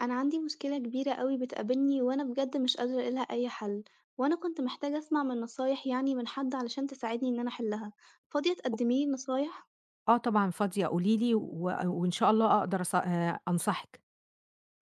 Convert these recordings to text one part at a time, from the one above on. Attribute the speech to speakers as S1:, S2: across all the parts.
S1: أنا عندي مشكلة كبيرة أوي بتقابلني وأنا بجد مش قادرة ألاقيلها أي حل، وأنا كنت محتاجة أسمع من نصايح يعني من حد علشان تساعدني إن أنا أحلها، فاضية تقدميلي نصايح؟
S2: آه طبعًا فاضية، قولي لي وإن شاء الله أقدر أص أنصحِك.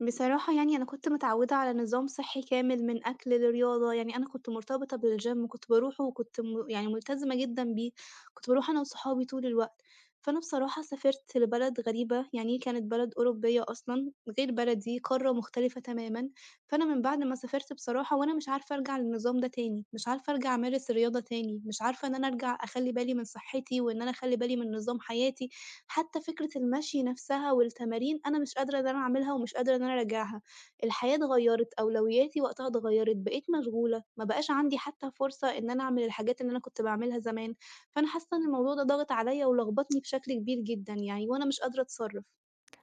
S1: بصراحة يعني أنا كنت متعودة على نظام صحّي كامل من أكل لرياضة، يعني أنا كنت مرتبطة بالgym كنت باروحه وكنت يعني ملتزمة جدًا بيه، كنت باروح أنا وصحابي طول الوقت، فأنا بصراحة سافرت لبلد غريبة، يعني كانت بلد أوروبية أصلًا غير بلدي، قارة مختلفة تمامًا، فأنا من بعد ما سافرت بصراحة وأنا مش عارفة أرجع للنظام ده تاني، مش عارفة أرجع أمارس الرياضة تاني، مش عارفة إن أنا أرجع أخلّي بالي من صحّتي وإن أنا أخلّي بالي من نظام حياتي. حتى فكرة المشي نفسها والتمارين أنا مش قادرة إن أنا أعملها ومش قادرة إن أنا أراجعها، الحياة اتغيّرت، أولوياتي وقتها اتغيّرت، بقيت مشغولة، ما بقاش عندي حتى فرصة إن أنا أعمل الحاجات اللي أنا كنت باعملها زمان، فأنا حاسة إن الموضوع ده ضاغط عليَّ ولخبطني بشكل كبير جدًا يعني، وأنا مش قادرة أتصرف.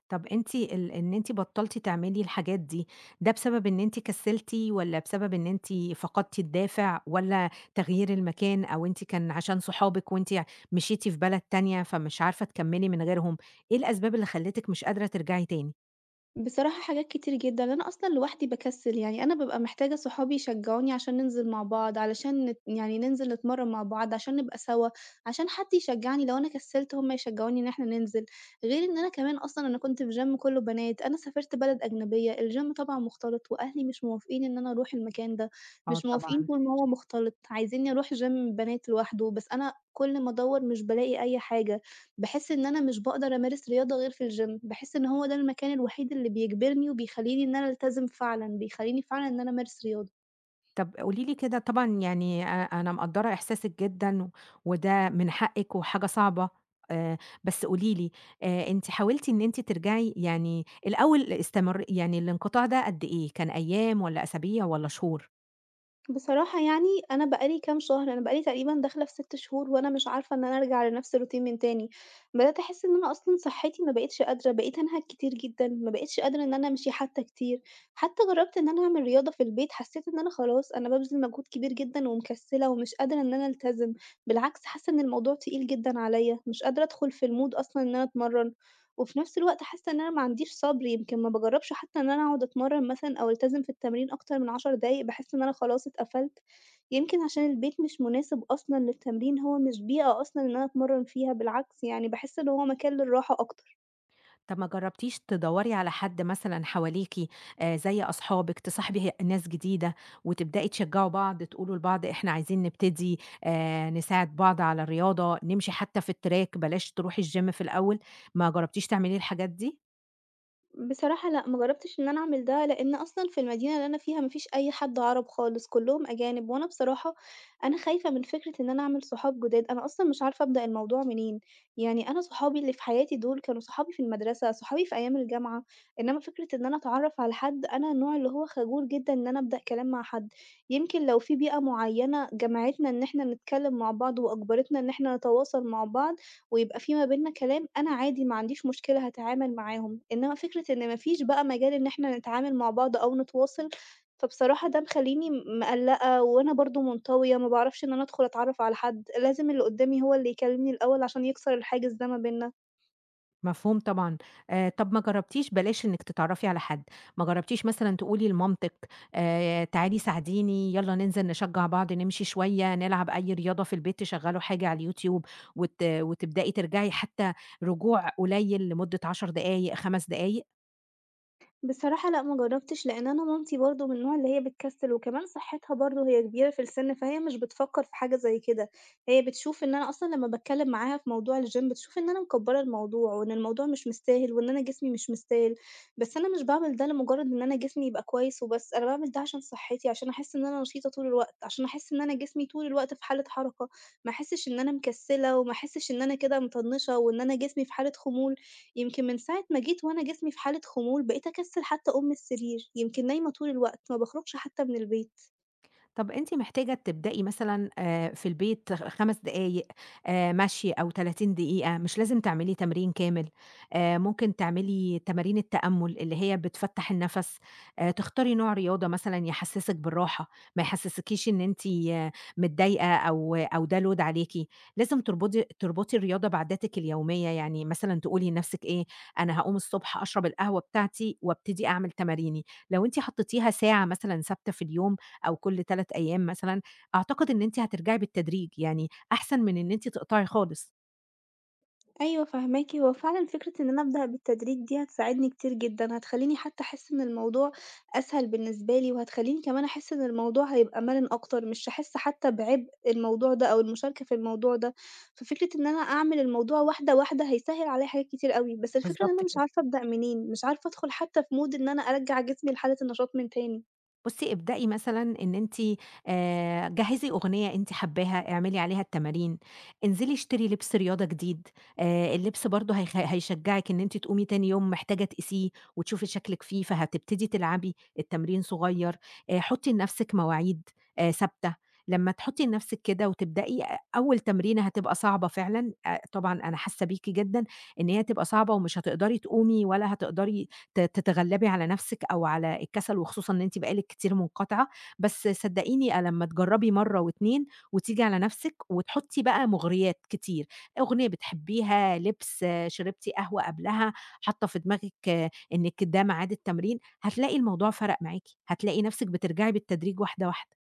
S2: طَب أنتِ إن أنتِ بطّلتِ تعملي الحاجات دي، ده بسبب إن أنتِ كسّلتِ والّا بسبب إن أنتِ فقدتِ الدافع والّا تغيير المكان أو أنتِ كان عشان صحابِك وأنتِ مشيتِ في بلد تانية فمش عارفة تكمّلي من غيرهم؟ إيه الأسباب اللي خلّتِك مش قادرة ترجعي تاني؟
S1: بصراحة حاجات كتير جدًا، لأن أنا أصلًا لوحدي باكسل، يعني أنا بابقى محتاجة صحابي يشجعوني عشان ننزل مع بعض، علشان يعني ننزل نتمرّن مع بعض، عشان نبقى سوا، عشان حد يشجعني لو أنا كسلت هُم يشجعوني إن إحنا ننزل، غير إن أنا كمان أصلًا أنا كنت في gym كلّه بنات، أنا سافرت بلد أجنبية، الgym طبعًا مختلط وأهلي مش موافقين إن أنا أروح المكان ده،
S2: آه
S1: مش موافقين
S2: طبعًا.
S1: طول ما هو مختلط، عايزينّي أروح gym بنات لوحده، بس أنا كل ما أدوّر مش بالاقي أي حاجة. باحس إن أنا مش باقدر أمارس رياضة غير في الgym، باحس إن هو ده المكان الوحيد اللي بيجبرني وبيخلّيني إن أنا ألتزم فعلًا، بيخلّيني فعلًا إن أنا أمارس رياضة.
S2: طب قولي لي كده طبعًا، يعني أنا مقدّرة إحساسِك جدًا، وده من حقِّك وحاجة صعبة. آآ بس قولي لي، أنتِ حاولتِ إن أنتِ ترجعي، يعني الأول استمر، يعني الانقطاع ده قد إيه، كان أيام والّا أسابيع والّا شهور؟
S1: بصراحة يعني أنا بقى لي كام شهر، أنا بقى لي تقريبًا داخلة في 6 شهور وأنا مش عارفة إن أنا أرجع لنفس الroutine من تاني، بدأت أحس إن أنا أصلًا صحتي ما بقتش قادرة، بقيت أنهك كتير جدًا، ما بقيتش قادرة إن أنا أمشي حتى كتير، حتى جرّبت إن أنا أعمل رياضة في البيت، حسيت إن أنا خلاص بابذل مجهود كبير جدًا ومكسلة ومش قادرة إن أنا ألتزم، بالعكس حاسة إن الموضوع تقيل جدًا عليَّ، مش قادرة أدخل في الmood أصلًا إن أنا أتمرن، وفي نفس الوقت حاسة إن أنا ما عنديش صبر، يمكن ما باجرّبش حتى إن أنا أقعد أتمرّن مثلًا أو ألتزم في التمرين أكتر من 10 دقايق، باحس إن أنا خلاص اتقفلت، يمكن عشان البيت مش مناسب أصلًا للتمرين، هو مش بيئة أصلًا إن أنا أتمرّن فيها، بالعكس يعني باحس إن هو مكان للراحة أكتر.
S2: طب ما جربتيش تدوري على حد مثلًا حواليكِ، زي أصحابِك، تصاحبي ناس جديدة وتبدئي تشجعوا بعض، تقولوا لبعض إحنا عايزين نبتدي نساعد بعض على الرياضة، نمشي حتى في التراك، بلاش تروحي الgym في الأول، ما جربتيش تعملي الحاجات دي؟
S1: بصراحة لأ، ما جرّبتش إن أنا أعمل ده، لإن أصلًا في المدينة اللي أنا فيها ما فيش أي حد عرب خالص، كلّهم أجانب، وأنا بصراحة أنا خايفة من فكرة إن أنا أعمل صحاب جداد، أنا أصلًا مش عارفة أبدأ الموضوع منين، يعني أنا صحابي اللي في حياتي دول كانوا صحابي في المدرسة، صحابي في أيام الجامعة، إنّما فكرة إن أنا أتعرّف على حد، أنا النوع اللي هو خجول جدًا إن أنا أبدأ كلام مع حد، يمكن لو في بيئة معيّنة جمعتنا إن إحنا نتكلّم مع بعض وأجبرتنا إن إحنا نتواصل مع بعض ويبقى في ما بيننا كلام، أنا عادي ما عنديش مشكلة هاتعامل معاهم، إنما فكرة إن ما فيش بقى مجال إن إحنا نتعامل مع بعض أو نتواصل، فبصراحة ده مخلّيني مقلّقة وأنا برضه منطوية، ما باعرفش إن أنا أدخل أتعرّف على حد، لازم اللي قدّامي هو اللي يكلمني الأول عشان يكسر الحاجز ده ما بيننا.
S2: مفهوم طبعًا. طب ما جرّبتيش بلاش إنِّك تتعرّفي على حد، ما جرّبتيش مثلًا تقولي لمامتِك تعالي ساعديني، يالّا ننزل نشجّع بعض، نمشي شوية، نلعب أي رياضة في البيت، تشغّلوا حاجة على اليوتيوب وتبدئي ترجعي، حتى رجوع قليل لمدة 10 دقايق، 5 دقايق؟
S1: بصراحة لأ، ما جرّبتش لإن أنا مامتي برضه من النوع اللي هي بتكسّل، وكمان صحّتها برضه هي كبيرة في السِن، فهي مش بتفكّر في حاجة زي كده، هي بتشوف إن أنا أصلًا لمّا باتكلّم معاها في موضوع الgym بتشوف إن أنا مكبّرة الموضوع، وإن الموضوع مش مستاهل، وإن أنا جسمي مش مستاهل، بس أنا مش باعمل ده لمجرّد إن أنا جسمي يبقى كويس وبس، أنا باعمل ده عشان صحّتي، عشان أحس إن أنا نشيطة طول الوقت، عشان أحس إن أنا جسمي طول الوقت في حالة حركة، ما أحسّش إن أنا مكسّلة، وما أحسّش إن أنا كده مطنّشة، وإن أنا جسمي في حالة خمول. يمكن من ساعة ما جيت وأنا جسمي في حالة خمول بقيت أكسل حتى أقوم من السرير، يمكن نايمة طول الوقت ما باخرجش حتى من البيت.
S2: طب أنتِ محتاجة تبدئي مثلًا في البيت 5 دقايق، مشي أو 30 دقيقة، مش لازم تعملي تمرين كامل، ممكن تعملي تمارين التأمل اللي هي بتفتح النفس، تختاري نوع رياضة مثلًا يحسسِك بالراحة، ما يحسسكيش إن أنتِ متضايقة أو ده load عليكِ. لازم تربطي الرياضة بعاداتِك اليومية، يعني مثلًا تقولي لنفسِك إيه، أنا هاقوم الصبح أشرب القهوة بتاعتي وابتدي أعمل تماريني، لو أنتِ حطيتيها ساعة مثلًا ثابتة في اليوم أو كل 3 أيام مثلًا، أعتقد إن أنتِ هترجعي بالتدريج، يعني أحسن من إن أنتِ تقطعي خالص.
S1: أيوه فاهماكِ، هو فعلًا فكرة إن أنا أبدأ بالتدريج دي هتساعدني كتير جدًا، هتخلّيني حتى أحس إن الموضوع أسهل بالنسبة لي، وهتخلّيني كمان أحس إن الموضوع هيبقى مرن أكتر، مش هاحس حتى بعبء الموضوع ده أو المشاركة في الموضوع ده. ففكرة إن أنا أعمل الموضوع واحدة واحدة هيسهّل عليّا حاجات كتير أوي، بس الفكرة إن أنا
S2: بالضبط
S1: مش
S2: كده.
S1: عارفة أبدأ منين، مش عارفة أدخل حتى في mood إن أنا أرجّع جسمي لحالة النشاط من تاني.
S2: بُصّي، ابدئي مثلًا إن أنتِ، جهّزي أغنية أنتِ حاباها، اعملي عليها التمارين، انزلي اشتري لبس رياضة جديد. اللبس برضه هيشجّعِك إن أنتِ تقومي تاني يوم محتاجة تقيسيه وتشوفي شكلِك فيه، فهتبتدي تلعبي، التمرين صغير. حُطّي لنفسِك مواعيد ثابتة. لمّا تحُطّي لنفسِك كده وتبدئي، أول تمرينة هتبقى صعبة فعلًا. طبعًا أنا حاسة بيكِ جدًا إن هي هتبقى صعبة ومش هتقدري تقومي ولا هتقدري تتغلبي على نفسِك أو على الكسل، وخصوصًا إن أنتِ بقى لِك كتير منقطعة. بس صدقيني، لمّا تجربي مرة و2 وتيجي على نفسِك وتحطي بقى مغريات كتير، أغنية بتحبيها، لبس، شربتِ قهوة قبلها، حاطة في دماغِك آه، إنِّك ده ميعاد التمرين، هتلاقي الموضوع فرق معاكِ، هتلاقي نفسِك بترجعي بالتدريج واحدة واحدة.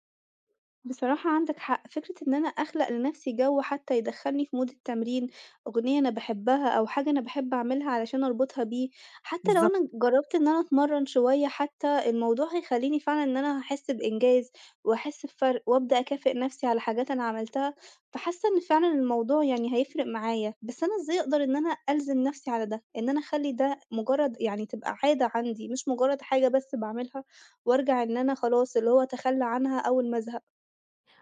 S1: بصراحة عندك حق، فكرة إن أنا أخلق لنفسي جو حتى يدخّلني في مود التمرين، أغنية أنا باحبها أو حاجة أنا باحب أعملها علشان أربطها بيه، حتى لو
S2: بالضبط.
S1: أنا جرّبت إن أنا أتمرّن شوية حتى، الموضوع هيخلّيني فعلًا إن أنا هاحس بإنجاز وأحس بفرق وأبدأ أكافئ نفسي على حاجات أنا عملتها، فحاسة إن فعلًا الموضوع يعني هيفرق معايا، بس أنا إزاي أقدر إن أنا ألزم نفسي على ده، إن أنا أخلّي ده مجرّد يعني تبقى عادة عندي مش مجرّد حاجة بس باعملها وأرجع إن أنا خلاص اللي هو أتخلّى عنها أول ما أزهق؟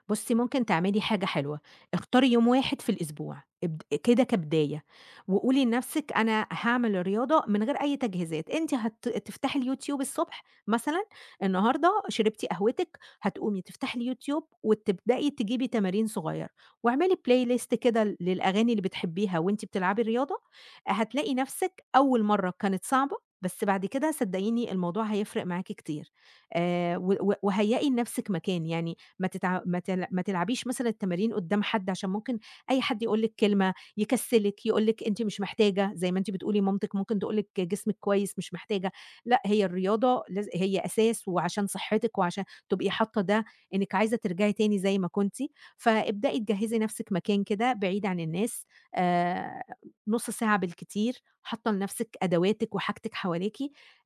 S2: بُصّي، ممكن تعملي حاجة حلوة، اختاري يوم واحد في الأسبوع ابد كده كبداية، وقولي لنفسِك أنا هاعمل الرياضة من غير أي تجهيزات، أنتِ تفتحي اليوتيوب الصبح مثلًا، النهارده شربتِ قهوتِك، هتقومي تفتحي اليوتيوب وتبدئي تجيبي تمارين صغيرة، واعملي playlist كده للأغاني اللي بتحبيها وأنتِ بتلعبي الرياضة، هتلاقي نفسِك أول مرة كانت صعبة، بس بعد كده صدقيني الموضوع هيفرق معاكِ كتير. و و وهيئي لنفسِك مكان، يعني ما تتع ما تل ما تلعبيش مثلًا التمارين قدّام حد عشان ممكن أي حد يقول لِك كلمة، يكسّلِك، يقول لِك أنتِ مش محتاجة، زي ما أنتِ بتقولي مامتِك ممكن تقول لِك جسمِك كويس مش محتاجة. لأ، هي الرياضة هي أساس وعشان صحتِك وعشان تبقي حاطة ده إنِّك عايزة ترجعي تاني زي ما كنتِ، فابدئي تجهّزي نَفْسِك مكان كده بعيد عن الناس، آآ نُص ساعة بالكتير، حاطة لنَفْسِك أدواتِك وحاجتِك حواليكِ.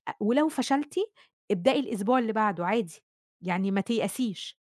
S2: ولو فشلتِ ابدئي الأسبوع اللي بعده عادي، يعني ما تيأسيش.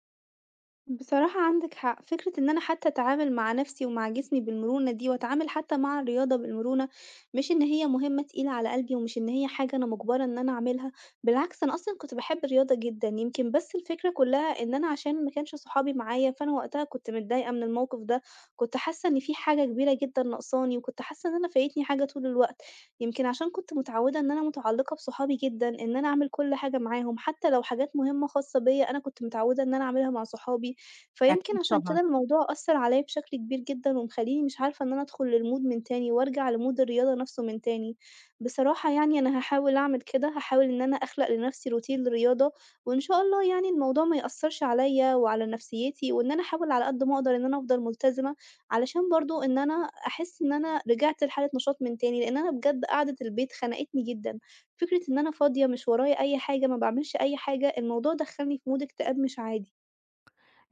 S1: بصراحة عندِك حق، فكرة إن أنا حتى أتعامل مع نَفْسي ومع جسمي بالمرونة دي وأتعامل حتى مع الرياضة بالمرونة، مش إن هي مهمة تقيلة على قلبي ومش إن هي حاجة أنا مُجبرة إن أنا أعملها، بالعكس أنا أصلًا كنت باحب الرياضة جدًا، يمكن بس الفكرة كُلّها إن أنا عشان ما كانش صحابي معايا، فأنا وقتها كنت متضايقة من الموقف ده، كنت حاسة إن في حاجة كبيرة جدًا ناقصاني وكنت حاسة إن أنا فايتني حاجة طول الوقت، يمكن عشان كنت متعودة إن أنا متعلقة بصحابي جدًا، إن أنا أعمل كل حاجة معاهم، حتى لو حاجات مهمة خاصة بيّا أنا كنت متعودة إن أنا أعملها مع صحابي. فيمكن
S2: أكيد
S1: عشان كده
S2: طبعًا.
S1: الموضوع أثّر عليَّ بشكل كبير جدًا، ومخلّيني مش عارفة إن أنا أدخل للmood من تاني، وأرجع لmood الرياضة نفْسه من تاني. بصراحة يعني أنا هاحاول أعمل كده، هاحاول إن أنا أخلق لنفْسي روتين للرياضة، وإن شاء الله يعني الموضوع ما يأثّرش عليَّ وعلى نفسيتي، وإن أنا أحاول على قد ما أقدر إن أنا أفضل ملتزمة، علشان برضه إن أنا أحس إن أنا رجعت لحالة نشاط من تاني، لإن أنا بجد قعدة البيت خنقتني جدًا. فكرة إن أنا فاضية مش ورايا أي حاجة، ما باعملش أي حاجة، الموضوع دخّلني في mood اكتئاب مش عادي.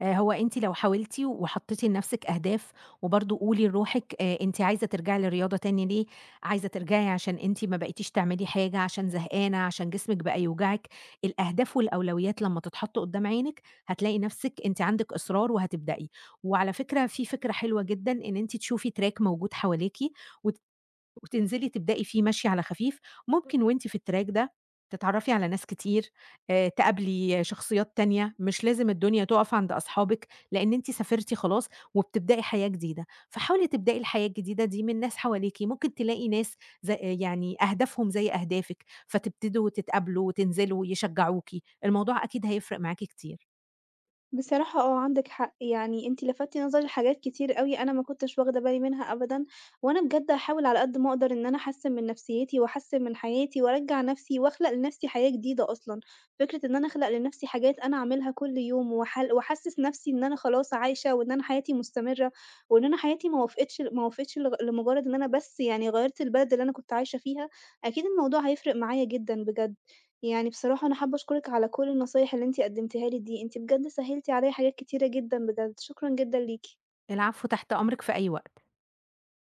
S2: هو أنتِ لو حاولتِ وحطيتِ لنفسِك أهداف، وبرضه قولي لروحِك، أنتِ عايزة ترجعي للرياضة تاني ليه، عايزة ترجعي عشان أنتِ ما بقيتيش تعملي حاجة، عشان زهقانة، عشان جسمِك بقى يوجعِك، الأهداف والأولويات لمّا تتحط قدّام عينِك، هتلاقي نفسِك أنتِ عندِك إصرار وهتبدئي، وعلى فكرة في فكرة حلوة جدًا إن أنتِ تشوفي track موجود حواليكِ وت وتنزلي تبدئي فيه مشي على خفيف، ممكن وأنتِ في التراك ده تتعرّفي على ناس كتير، تقابلي شخصيات تانية، مش لازم الدنيا تُقف عند أصحابِك، لإن أنتِ سافرتِ خلاص وبتبدئي حياة جديدة، فحاولي تبدئي الحياة الجديدة دي من ناس حواليكِ، ممكن تلاقي ناس يعني أهدافهم زي أهدافِك، فتبتدوا تتقابلوا وتنزلوا يشجعوكِ، الموضوع أكيد هيفرق معاكِ كتير.
S1: بصراحة آه، عندِك حق، يعني أنتِ لفتتِ نظري لحاجات كتير أوي أنا ما كنتش واخدة بالي منها أبدًا، وأنا بجد هاحاول على قد ما أقدر إن أنا أحسّن من نفسيتي وأحسّن من حياتي وأرجّع نفسي وأخلق لنفسي حياة جديدة أصلًا، فكرة إن أنا أخلق لنفسي حاجات أنا أعملها كل يوم وأحل وأحسّس نفسي إن أنا خلاص عايشة وإن أنا حياتي مستمرة، وإن أنا حياتي ما وافقتش لمجرد إن أنا بس يعني غيّرت البلد اللي أنا كنت عايشة فيها، أكيد الموضوع هيفرق معايا جدًا بجد. يعني بصراحة أنا حابة أشكرِك على كل النصايح اللي أنتِ قدمتيها لي دي، أنتِ بجد سهّلتِ عليَّ حاجات كتيرة جدًا بجد، شكرًا جدًا ليكِ.
S2: العفو، تحت أمرِك في أي وقت.